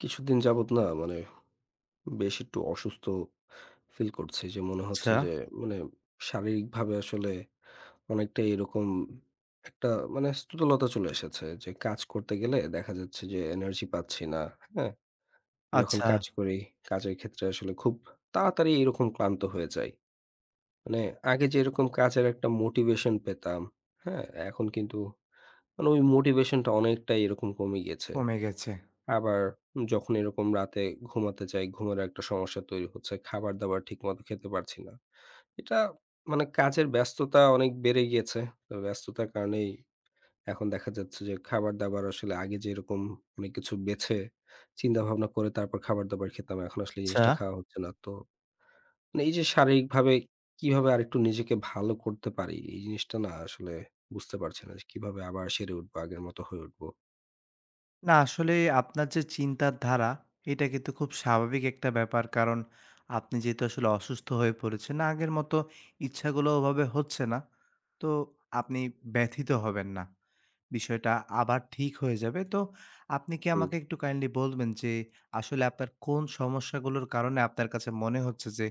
কিছুদিন যাবত না মানে বেশ একটু অসুস্থ ফিল করছি যে মনে আচ্ছা, হচ্ছে যে মানে শারীরিকভাবে আসলে অনেকটা এরকম একটা মানে স্থূলতা চলে এসেছে যে কাজ করতে গেলে দেখা যাচ্ছে যে এনার্জি পাচ্ছি না। হ্যাঁ, যখন আচ্ছা। কাজ করি কাজের ক্ষেত্রে আসলে খুব তাড়াতাড়ি এরকম ক্লান্ত হয়ে যাই। মানে আগে যে এরকম কাজের একটা মোটিভেশন পেতাম, হ্যাঁ? এখন কিন্তু মানে ওই মোটিভেশনটা অনেকটা এরকম কমে গেছে। কমে গেছে। আবার যখন এরকম রাতে ঘুমাতে চাই, ঘুমের একটা সমস্যা তৈরি হচ্ছে। খাবার-দাবার ঠিকমতো খেতে পারছি না। এটা মানে কাজের ব্যস্ততা অনেক বেড়ে গিয়েছে। তো ব্যস্ততার কারণেই এখন দেখা যাচ্ছে যে খাবার-দাবার আসলে আগে যেরকম অনেক কিছু বেছে চিন্তাভাবনা করে তারপর খাবার-দাবার খেতাম। এখন আসলে এই আচ্ছা। জিনিসটা খাওয়া হচ্ছে না। তো মানে এই যে শারীরিকভাবে কিভাবে আরেকটু নিজেকে ভালো করতে পারি? এই জিনিসটা না আসলে বুঝতে পারছি না যে কিভাবে আবার সেরে উঠবো, আগের মতো হয়ে উঠবো। না আসলে আপনার যে চিন্তার ধারা, এটা কিন্তু খুব স্বাভাবিক একটা ব্যাপার। কারণ আপনি যেহেতু আসলে অসুস্থ হয়ে পড়েছেন, না আগের মতো ইচ্ছাগুলো ওভাবে হচ্ছে না। তো আপনি ব্যথিত হবেন না। বিষয়টা আবার ঠিক হয়ে যাবে। তো আপনি কি হুম। আমাকে একটু কাইন্ডলি বলবেন যে আসলে আপনার কোন সমস্যাগুলোর কারণে আপনার কাছে মনে হচ্ছে যে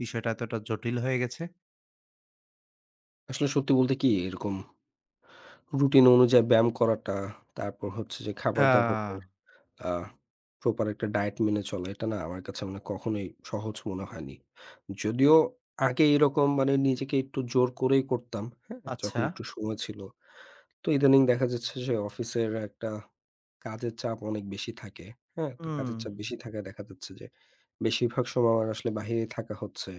বিষয়টা এতটা জটিল হয়ে গেছে? আসলে সত্যি বলতে কি এরকম রুটিন অনুযায়ী ব্যায়াম করাটা, তারপর হচ্ছে যে খাবার-দাবারের আ আ প্রপার একটা ডায়েট মেনে চলা, এটা না আমার কাছে মানে কখনোই সহজ মনে হয়নি। যদিও আগে এরকম মানে নিজেকে একটু জোর করেই করতাম, হ্যাঁ? যখন আচ্ছা। একটু সময় ছিল। তো ইদানিং দেখা যাচ্ছে যে অফিসের একটা কাজের চাপ অনেক বেশি থাকে, হ্যাঁ? তো হুম, কাজের চাপ বেশি থাকায় দেখা যাচ্ছে যে বেশিরভাগ সময় আমার আসলে বাহিরে থাকা হচ্ছে।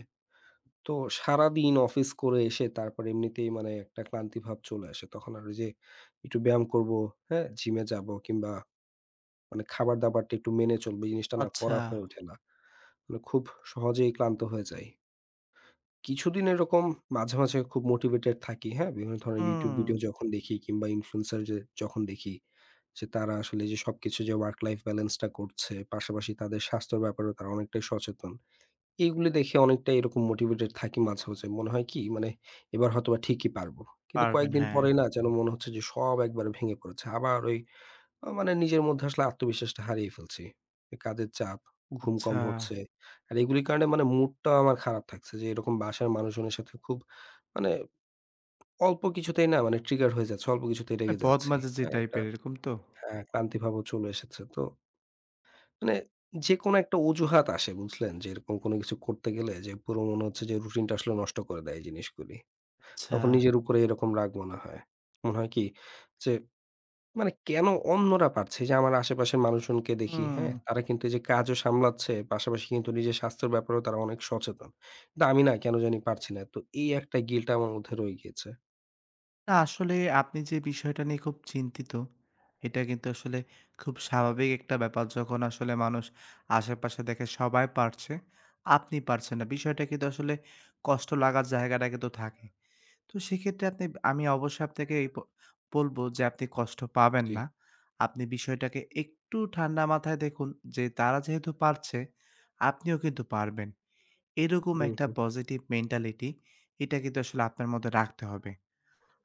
তো সারাদিন অফিস করে এসে তারপর এমনিতেই মানে একটা ক্লান্তি ভাব চলে আসে। তখন আর ওই যে একটু ব্যায়াম করব, হ্যাঁ? জিমে যাবো কিংবা মানে খাবার-দাবারটা একটু মেনে চলবো। এই জিনিসটা না আচ্ছা। করা হয়ে ওঠে না। মানে খুব সহজেই ক্লান্ত হয়ে যাই। কিছুদিন এরকম মাঝে, মাঝে খুব মোটিভেটেড থাকি, হ্যাঁ? বিভিন্ন ধরনের YouTube হুম। ভিডিও যখন দেখি কিংবা ইনফ্লুয়েন্সার যে যখন দেখি যে তারা আসলে যে সবকিছু যে ওয়ার্ক লাইফ ব্যালেন্সটা করছে, পাশাপাশি তাদের স্বাস্থ্যের ব্যাপারেও তারা অনেকটাই সচেতন। এইগুলো দেখে অনেকটা এরকম মোটিভেটেড থাকি মাঝে, মাঝে। মনে হয় কি মানে এবার হয়তোবা ঠিকই পারবো। কিন্তু পারবেন, কয়েকদিন হ্যাঁ। পরেই না যেন মনে হচ্ছে যে সব একবারে ভেঙে পড়েছে। আবার ওই মানে নিজের মধ্যে আসলে আত্মবিশ্বাসটা হারিয়ে ফেলছি। এই কাজের চাপ, ঘুম আচ্ছা। কম হচ্ছে। আর এগুলির কারণে মানে মুডটাও আমার খারাপ থাকছে যে এরকম বাসার মানুষজনের সাথে খুব মানে অল্প কিছুতেই না মানে ট্রিগার হয়ে যাচ্ছে। অল্প কিছুতেই মানে রেগে যাচ্ছি। বদমেজাজি হ্যাঁ, একটা টাইপের এরকম তো? হ্যাঁ, ক্লান্তি ভাবও চলে এসেছে তো মানে যেকোনো একটা অজুহাত আসে বুঝলেন? যে এরকম কোনো কিছু করতে গেলে যে পুরো মনে হচ্ছে যে রুটিনটা আসলে নষ্ট করে দেয় এই জিনিসগুলি। আচ্ছা। তখন নিজের উপরে এরকম রাগ মনে হয়। মনে হয় কি যে মানে কেন অন্যরা পারছে? এই যে আমার আশেপাশের মানুষজনকে দেখি, হুম। হ্যাঁ? তারা কিন্তু এই যে কাজও সামলাচ্ছে, পাশাপাশি কিন্তু নিজের স্বাস্থ্যের ব্যাপারেও তারা অনেক সচেতন। কিন্তু আমি না কেন জানি পারছি না। তো এই একটা গিল্ট আমার মধ্যে রয়ে গিয়েছে। না আসলে আপনি যে বিষয়টা নিয়ে খুব চিন্তিত, এটা কিন্তু আসলে খুব স্বাভাবিক একটা ব্যাপার। যখন আসলে মানুষ আশেপাশে দেখে সবাই পারছে, আপনি পারছেন না। বিষয়টা কিন্তু আসলে কষ্ট লাগার জায়গাটা কিন্তু থাকে। তো সেক্ষেত্রে আপনি আমি অবশ্যই আপনাকে এই ব বলবো যে আপনি কষ্ট পাবেন জি। না। আপনি বিষয়টাকে একটু ঠান্ডা মাথায় দেখুন যে তারা যেহেতু পারছে, আপনিও কিন্তু পারবেন। এরকম হুম, একটা হুম, পজিটিভ মেন্টালিটি, এটা কিন্তু আসলে আপনার মধ্যে রাখতে হবে।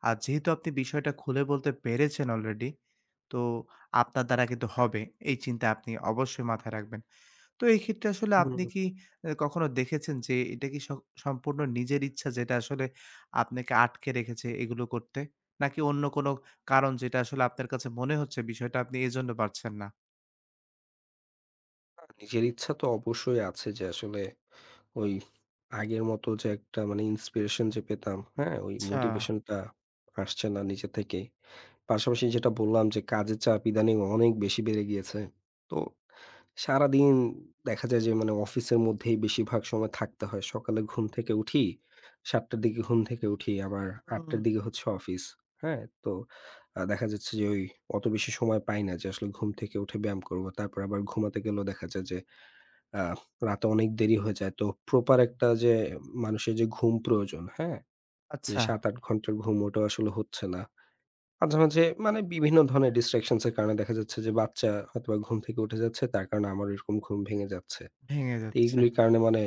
আর যেহেতু আপনি বিষয়টা খুলে বলতে পেরেছেন অলরেডি, তো আপনার দ্বারা কিন্তু হবে। এই চিন্তা আপনি অবশ্যই মাথায় রাখবেন। তো এই ক্ষেত্রে আসলে আপনি কি হুম। কখনো দেখেছেন যে এটা কি স সম্পূর্ণ নিজের ইচ্ছা যেটা আসলে আপনাকে আটকে রেখেছে এগুলো করতে? নাকি অন্য কোনো কারণ যেটা আসলে আপনার কাছে মনে হচ্ছে বিষয়টা আপনি এজন্য পারছেন না? না, নিজের ইচ্ছা তো অবশ্যই আছে যে আসলে ওই আগের মতো যে একটা মানে ইন্সপিরেশন যে পেতাম, হ্যাঁ? ওই আচ্ছা, মোটিভেশনটা আসছে না নিজে থেকেই। পাশাপাশি যেটা বললাম যে কাজের চাপ ইদানিং অনেক বেশি বেড়ে গিয়েছে। তো সারাদিন দেখা যায় যে মানে অফিসের মধ্যেই বেশিরভাগ সময় থাকতে হয়। সকালে ঘুম থেকে উঠি, ৭ঃ০০ র দিকে ঘুম থেকে উঠি, আবার হুম, ৮ঃ০০ র দিকে হচ্ছে অফিস, হ্যাঁ? তো দেখা যাচ্ছে যে ওই অত বেশি সময় পাই না যে আসলে ঘুম থেকে উঠে ব্যায়াম করব। তারপর আবার ঘুমাতে গেলেও দেখা যায় যে আ রাতে অনেক দেরি হয়ে যায়। তো প্রপার একটা যে মানুষের যে ঘুম প্রয়োজন, হ্যাঁ? যে আচ্ছা, ৭-৮ ঘন্টার ঘুম ওটাও আসলে হচ্ছে না। মাঝে, মাঝে মানে বিভিন্ন ধরনের distractions এর কারণে দেখা যাচ্ছে যে বাচ্চা হয়তোবা ঘুম থেকে উঠে যাচ্ছে। তার কারণে আমার এরকম ঘুম ভেঙে যাচ্ছে। ভেঙে তো যাচ্ছে। এইগুলির কারণে মানে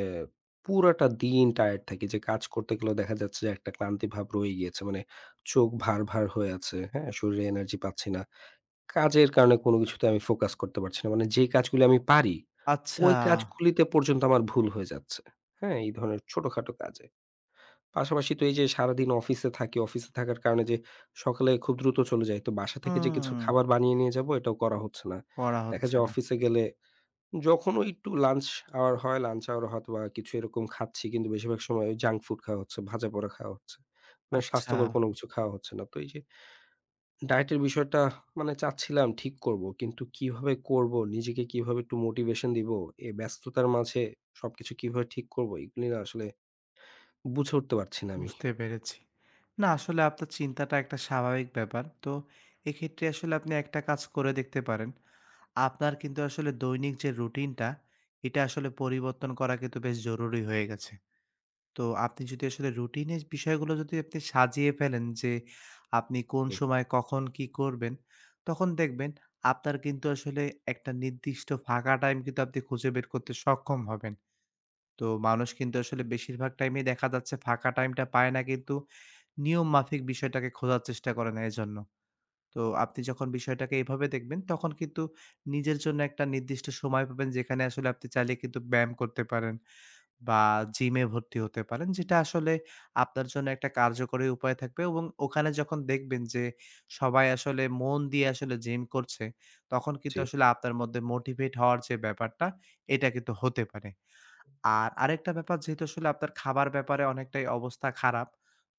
পুরাটা দিন টায়ার্ড থাকি যে কাজ করতে গেলেও দেখা যাচ্ছে যে একটা ক্লান্তি ভাব রয়ে গিয়েছে। মানে চোখ ভার, ভার হয়ে আছে, হ্যাঁ? শরীরে এনার্জি পাচ্ছি না। কাজের কারণে কোনো কিছুতে আমি ফোকাস করতে পারছি না। মানে যেই কাজগুলি আমি পারি, আচ্ছা, ওই কাজগুলিতে পর্যন্ত আমার ভুল হয়ে যাচ্ছে। হ্যাঁ? এই ধরনের ছোটখাটো কাজে। পাশাপাশি তো এই যে সারাদিন অফিসে থাকি, অফিসে থাকার কারণে যে সকালে খুব দ্রুত চলে যাই। তো বাসা থেকে যে কিছু হুম। খাবার বানিয়ে নিয়ে যাবো এটাও করা হচ্ছে না। করা দেখা হচ্ছে যায় না। অফিসে গেলে যখন ওই একটু লাঞ্চ আওয়ার হয়, লাঞ্চ আওয়ার হয়তোবা কিছু এরকম খাচ্ছি কিন্তু বেশিরভাগ সময় ওই জাঙ্ক ফুড খাওয়া হচ্ছে, ভাজাপোড়া খাওয়া হচ্ছে। মানে আচ্ছা, স্বাস্থ্যকর কোনো কিছু খাওয়া হচ্ছে না। তো এই যে ডায়েটের বিষয়টা মানে চাচ্ছিলাম ঠিক করব। কিন্তু কিভাবে করব, নিজেকে কিভাবে একটু মোটিভেশন দিব, এই ব্যস্ততার মাঝে সবকিছু কিভাবে ঠিক করব, এগুলি না আসলে বুঝে উঠতে পারছি না আমি। বুঝতে পেরেছি। না আসলে আপনার চিন্তাটা একটা স্বাভাবিক ব্যাপার। তো এক্ষেত্রে আসলে আপনি একটা কাজ করে দেখতে পারেন। আপনার কিন্তু আসলে দৈনিক যে রুটিনটা, এটা আসলে পরিবর্তন করা কিন্তু বেশ জরুরি হয়ে গেছে। তো আপনি যদি আসলে রুটিনের বিষয়গুলো যদি আপনি সাজিয়ে ফেলেন যে, আপনি কোন জি, সময় কখন কি করবেন, তখন দেখবেন আপনার কিন্তু আসলে একটা নির্দিষ্ট ফাঁকা টাইম কিন্তু আপনি খুঁজে বের করতে সক্ষম হবেন। তো মানুষ কিন্তু আসলে বেশিরভাগ টাইমেই দেখা যাচ্ছে ফাঁকা টাইমটা পায় না কিন্তু নিয়ম মাফিক বিষয়টাকে খোঁজার চেষ্টা করে না এজন্য। তো আপনি যখন বিষয়টাকে এভাবে দেখবেন তখন কিন্তু নিজের জন্য একটা নির্দিষ্ট সময় পাবেন যেখানে আসলে আপনি চাইলে কিন্তু ব্যায়াম করতে পারেন বা জিমে ভর্তি হতে পারেন। যেটা আসলে আপনার জন্য একটা কার্যকরী উপায় থাকবে এবং ওখানে যখন দেখবেন যে সবাই আসলে মন দিয়ে আসলে জিম করছে তখন কিন্তু জি। আসলে আপনার মধ্যে মোটিভেট হওয়ার যে ব্যাপারটা, এটা কিন্তু হতে পারে। আর আরেকটা ব্যাপার, যেহেতু আসলে আপনার খাবার ব্যাপারে অনেকটাই অবস্থা খারাপ।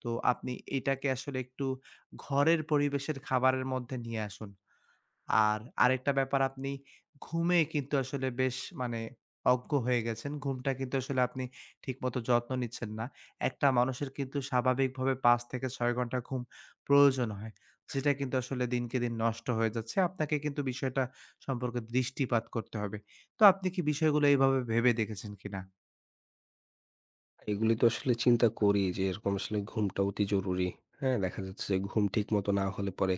তো আপনি এটাকে আসলে একটু ঘরের পরিবেশের খাবারের মধ্যে নিয়ে আসুন। আর আরেকটা ব্যাপার, আপনি ঘুমে কিন্তু আসলে বেশ মানে অজ্ঞ হয়ে গেছেন। ঘুমটা কিন্তু আসলে আপনি ঠিকমতো যত্ন নিচ্ছেন না। একটা মানুষের কিন্তু স্বাভাবিকভাবে ৫ থেকে ৬ ঘন্টা ঘুম প্রয়োজন হয়। যেটা কিন্তু আসলে দিনকে দিন নষ্ট হয়ে যাচ্ছে। আপনাকে কিন্তু বিষয়টা সম্পর্কে দৃষ্টিপাত করতে হবে। তো আপনি কি বিষয়গুলো এভাবে ভেবে দেখেছেন কিনা? এগুলি তো আসলে চিন্তা করি যে এরকম আসলে ঘুমটা অতি জরুরি। হ্যাঁ? দেখা যাচ্ছে যে ঘুম ঠিক মতো না হলে পরে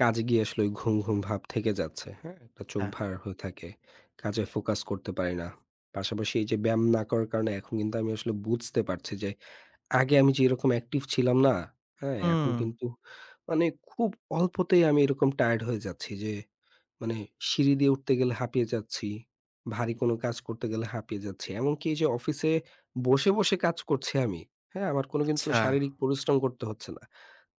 কাজে গিয়ে আসলে ওই ঘুম, ঘুম ভাব থেকে যাচ্ছে। হ্যাঁ? একটা চোখ হ্যাঁ। ভার হয়ে থাকে। কাজে ফোকাস করতে পারি না। পাশাপাশি এই যে ব্যায়াম না করার কারণে এখন কিন্তু আমি আসলে বুঝতে পারছি যে আগে আমি যেরকম অ্যাক্টিভ ছিলাম না, হ্যাঁ? এখন হুম। কিন্তু মানে খুব অল্পতেই আমি এরকম টায়ার্ড হয়ে যাচ্ছি যে, মানে সিঁড়ি দিয়ে উঠতে গেলে হাঁপিয়ে যাচ্ছি, ভারী কোনো কাজ করতে গেলে হাঁপিয়ে যাচ্ছি। এমনকি এই যে অফিসে বসে, বসে কাজ করছি আমি, হ্যাঁ? আমার কোনো কিন্তু আচ্ছা। শারীরিক পরিশ্রম করতে হচ্ছে না।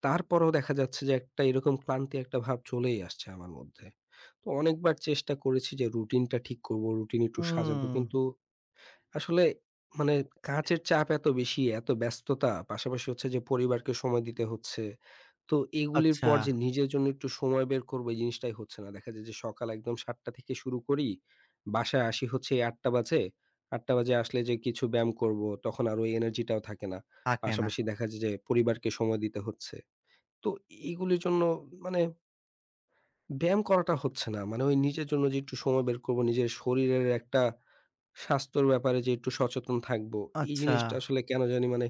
তারপরেও দেখা যাচ্ছে যে একটা এরকম ক্লান্তি একটা ভাব চলেই আসছে আমার মধ্যে। তো অনেকবার চেষ্টা করেছি যে রুটিনটা ঠিক করব, রুটিন একটু হুম, সাজাবো কিন্তু আসলে মানে কাজের চাপ এত বেশি, এত ব্যস্ততা, পাশাপাশি হচ্ছে যে পরিবারকে সময় দিতে হচ্ছে। তো এগুলির আচ্ছা। পর যে নিজের জন্য একটু সময় বের করব এই জিনিসটাই হচ্ছে না। দেখা যায় যে সকাল একদম ৭ঃ০০ থেকে শুরু করি। বাসায় আসি হচ্ছে ৮ঃ০০ বাজে। ৮ঃ০০ বাজে আসলে যে কিছু ব্যায়াম করব তখন আর ওই এনার্জিটাও থাকে না। থাকে না। পাশাপাশি দেখা যায় যে পরিবারকে সময় দিতে হচ্ছে। তো এগুলির জন্য মানে ব্যায়াম করাটা হচ্ছে না। মানে ওই নিজের জন্য যে একটু সময় বের করব, নিজের শরীরের একটা স্বাস্থ্যর ব্যাপারে যে একটু সচেতন থাকবো, এই আচ্ছা, জিনিসটা আসলে কেন জানি মানে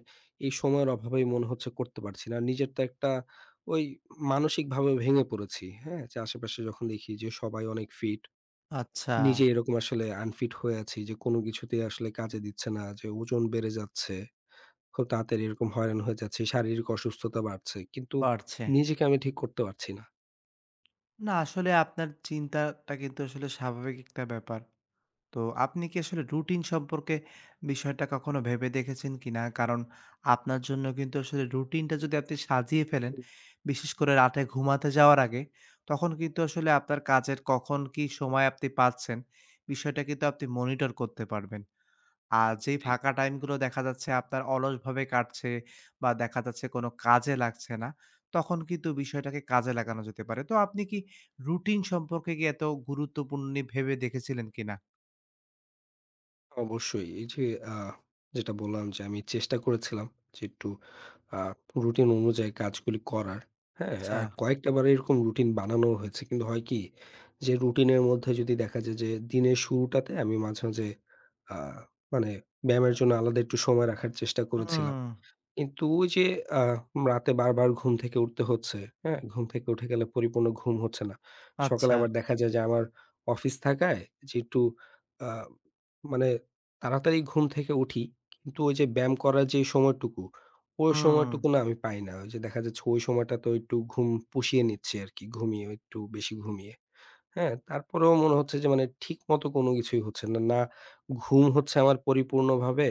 এই সময়ের অভাবেই মনে হচ্ছে করতে পারছি না। নিজের তো একটা ওই মানসিকভাবে ভেঙে পড়েছি, হ্যাঁ? যে আশেপাশে যখন দেখি যে সবাই অনেক ফিট, আচ্ছা, নিজে এরকম আসলে আনফিট হয়ে আছি যে কোনো কিছুতেই আসলে কাজে দিচ্ছে না, যে ওজন বেড়ে যাচ্ছে, খুব তাড়াতাড়ি এরকম হয়রান হয়ে যাচ্ছি, শারীরিক অসুস্থতা বাড়ছে। কিন্তু পারছে। নিজেকে আমি ঠিক করতে পারছি না। না আসলে আপনার চিন্তাটা কিন্তু আসলে স্বাভাবিক একটা ব্যাপার। তো আপনি কি আসলে রুটিন সম্পর্কে বিষয়টা কখনো ভেবে দেখেছেন কিনা? কারণ আপনার জন্য কিন্তু আসলে রুটিনটা যদি আপনি সাজিয়ে ফেলেন, হুম, বিশেষ করে রাতে ঘুমাতে যাওয়ার আগে, তখন কিন্তু আসলে আপনার কাজের কখন কি সময় আপনি পাচ্ছেন, বিষয়টা কিন্তু আপনি মনিটর করতে পারবেন। আর যেই জি। ফাঁকা টাইমগুলো দেখা যাচ্ছে আপনার অলসভাবে কাটছে বা দেখা যাচ্ছে কোনো কাজে লাগছে না, তখন কিন্তু বিষয়টাকে কাজে লাগানো যেতে পারে। তো আপনি কি রুটিন সম্পর্কে কি এত গুরুত্বপূর্ণ নিয়ে ভেবে দেখেছিলেন কিনা? অবশ্যই। এই যে আ যেটা বললাম যে আমি চেষ্টা করেছিলাম যে একটু আ রুটিন অনুযায়ী কাজগুলি করার। হ্যাঁ? আচ্ছা। আর কয়েকটা বার এরকম রুটিন বানানোও হয়েছে। কিন্তু হয় কি যে রুটিনের মধ্যে যদি দেখা যায় যে দিনের শুরুটাতে আমি মাঝে, মাঝে আ মানে ব্যায়ামের জন্য আলাদা একটু সময় রাখার চেষ্টা করেছিলাম। হুম, কিন্তু ওই যে আ রাতে বারবার ঘুম থেকে উঠতে হচ্ছে, হ্যাঁ? ঘুম থেকে উঠে গেলে পরিপূর্ণ ঘুম হচ্ছে না। সকালে আচ্ছা, আবার দেখা যায় যে আমার অফিস থাকায় যে একটু আ মানে তাড়াতাড়ি ঘুম থেকে উঠি। কিন্তু ওই যে ব্যায়াম করার যে সময়টুকু, ওই হুম, সময়টুকু না আমি পাই না। ওই যে দেখা যাচ্ছে ওই সময়টা তো একটু ঘুম পুষিয়ে নিচ্ছি আরকি। ঘুমিয়ে একটু বেশি ঘুমিয়ে। হ্যাঁ, তারপরেও মনে হচ্ছে যে মানে ঠিকমতো কোনো কিছুই হচ্ছে না। না ঘুম হচ্ছে আমার পরিপূর্ণভাবে,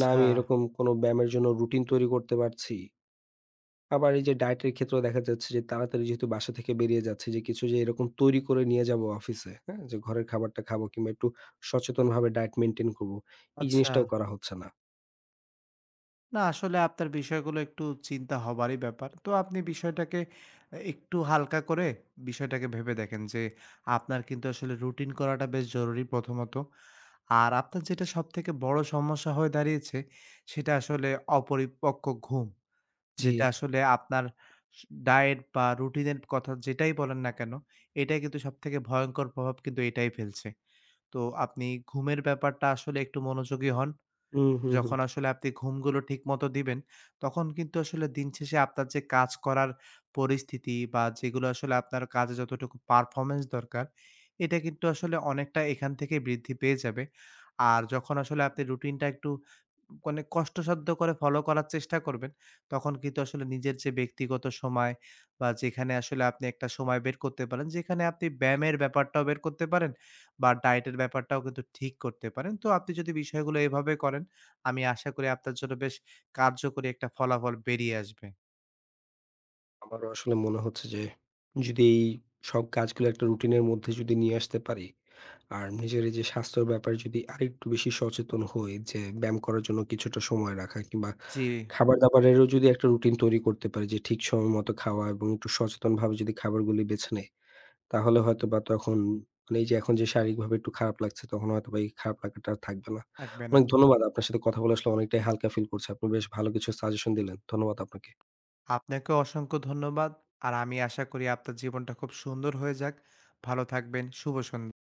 না আমি এরকম কোনো ব্যায়ামের জন্য রুটিন তৈরি করতে পারছি। আবার এই যে ডায়েটের ক্ষেত্রেও দেখা যাচ্ছে যে তাড়াতাড়ি যেহেতু বাসা থেকে বেরিয়ে যাচ্ছি যে কিছু যে এরকম তৈরি করে নিয়ে যাবো অফিসে, হ্যাঁ? যে ঘরের খাবারটা খাবো কিংবা একটু সচেতনভাবে ডায়েট মেইনটেইন করব। এই আচ্ছা। জিনিসটাও করা হচ্ছে না। না আসলে আপনার বিষয়গুলো একটু চিন্তা হবারই ব্যাপার। তো আপনি বিষয়টাকে একটু হালকা করে বিষয়টাকে ভেবে দেখেন যে আপনার কিন্তু আসলে রুটিন করাটা বেশ জরুরি প্রথমত। আর আপনার যেটা সবথেকে বড় সমস্যা হয়ে দাঁড়িয়েছে সেটা আসলে অপরিপক্ক ঘুম। জি। যেটা আসলে আপনার স ডায়েট বা রুটিনের কথা যেটাই বলেন না কেন, এটাই কিন্তু সবথেকে ভয়ংকর প্রভাব কিন্তু এটাই ফেলছে। তো আপনি ঘুমের ব্যাপারটা আসলে একটু মনোযোগী হন। হুম, হুম, হুম। যখন আসলে আপনি ঘুমগুলো ঠিকমতো দিবেন, তখন কিন্তু আসলে দিন শেষে আপনার যে কাজ করার পরিস্থিতি বা যেগুলো আসলে আপনার কাজে যতটুকু পারফরম্যান্স দরকার, এটা কিন্তু আসলে অনেকটা এখান থেকে বৃদ্ধি পেয়ে যাবে। আর যখন আসলে আপনি রুটিনটা একটু মানে কষ্টসাধ্য করে ফলো করার চেষ্টা করবেন, তখন কিন্তু আসলে নিজের যে ব্যক্তিগত সময় বা যেখানে আসলে আপনি একটা সময় বের করতে পারেন, যেখানে আপনি ব্যায়ামের ব্যাপারটাও বের করতে পারেন বা ডায়েটের ব্যাপারটাও কিন্তু ঠিক করতে পারেন। তো আপনি যদি বিষয়গুলো এভাবে করেন আমি আশা করি আপনার জন্য বেশ কার্যকরী একটা ফলাফল বেরিয়ে আসবে। আমারও আসলে মনে হচ্ছে যে যদি এই সব কাজগুলো একটা রুটিনের মধ্যে যদি নিয়ে আসতে পারি আর নিজের এই যে স্বাস্থ্যের ব্যাপারে যদি আরেকটু বেশি সচেতন হই যে ব্যায়াম করার জন্য কিছুটা সময় রাখা কিংবা জি। খাবার দাবারেরও যদি একটা রুটিন তৈরি করতে পারি যে ঠিক সময় মতো খাওয়া এবং একটু সচেতন ভাবে যদি খাবারগুলি বেছে নেই তাহলে হয়তো বা তখন মানে এই যে এখন যে শারীরিকভাবে একটু খারাপ লাগছে তখন হয়তো বা এই খারাপ লাগাটা আর থাকবে না। থাকবে না। অনেক ধন্যবাদ। আপনার সাথে কথা বলে আসলে অনেকটাই হালকা ফিল করছি। আপনি বেশ ভালো কিছু সাজেশন দিলেন। ধন্যবাদ আপনাকে। আপনাকেও অসংখ্য ধন্যবাদ। আর আমি আশা করি আপনার জীবনটা খুব সুন্দর হয়ে যাক। ভালো থাকবেন। শুভ সন্ধ্যা।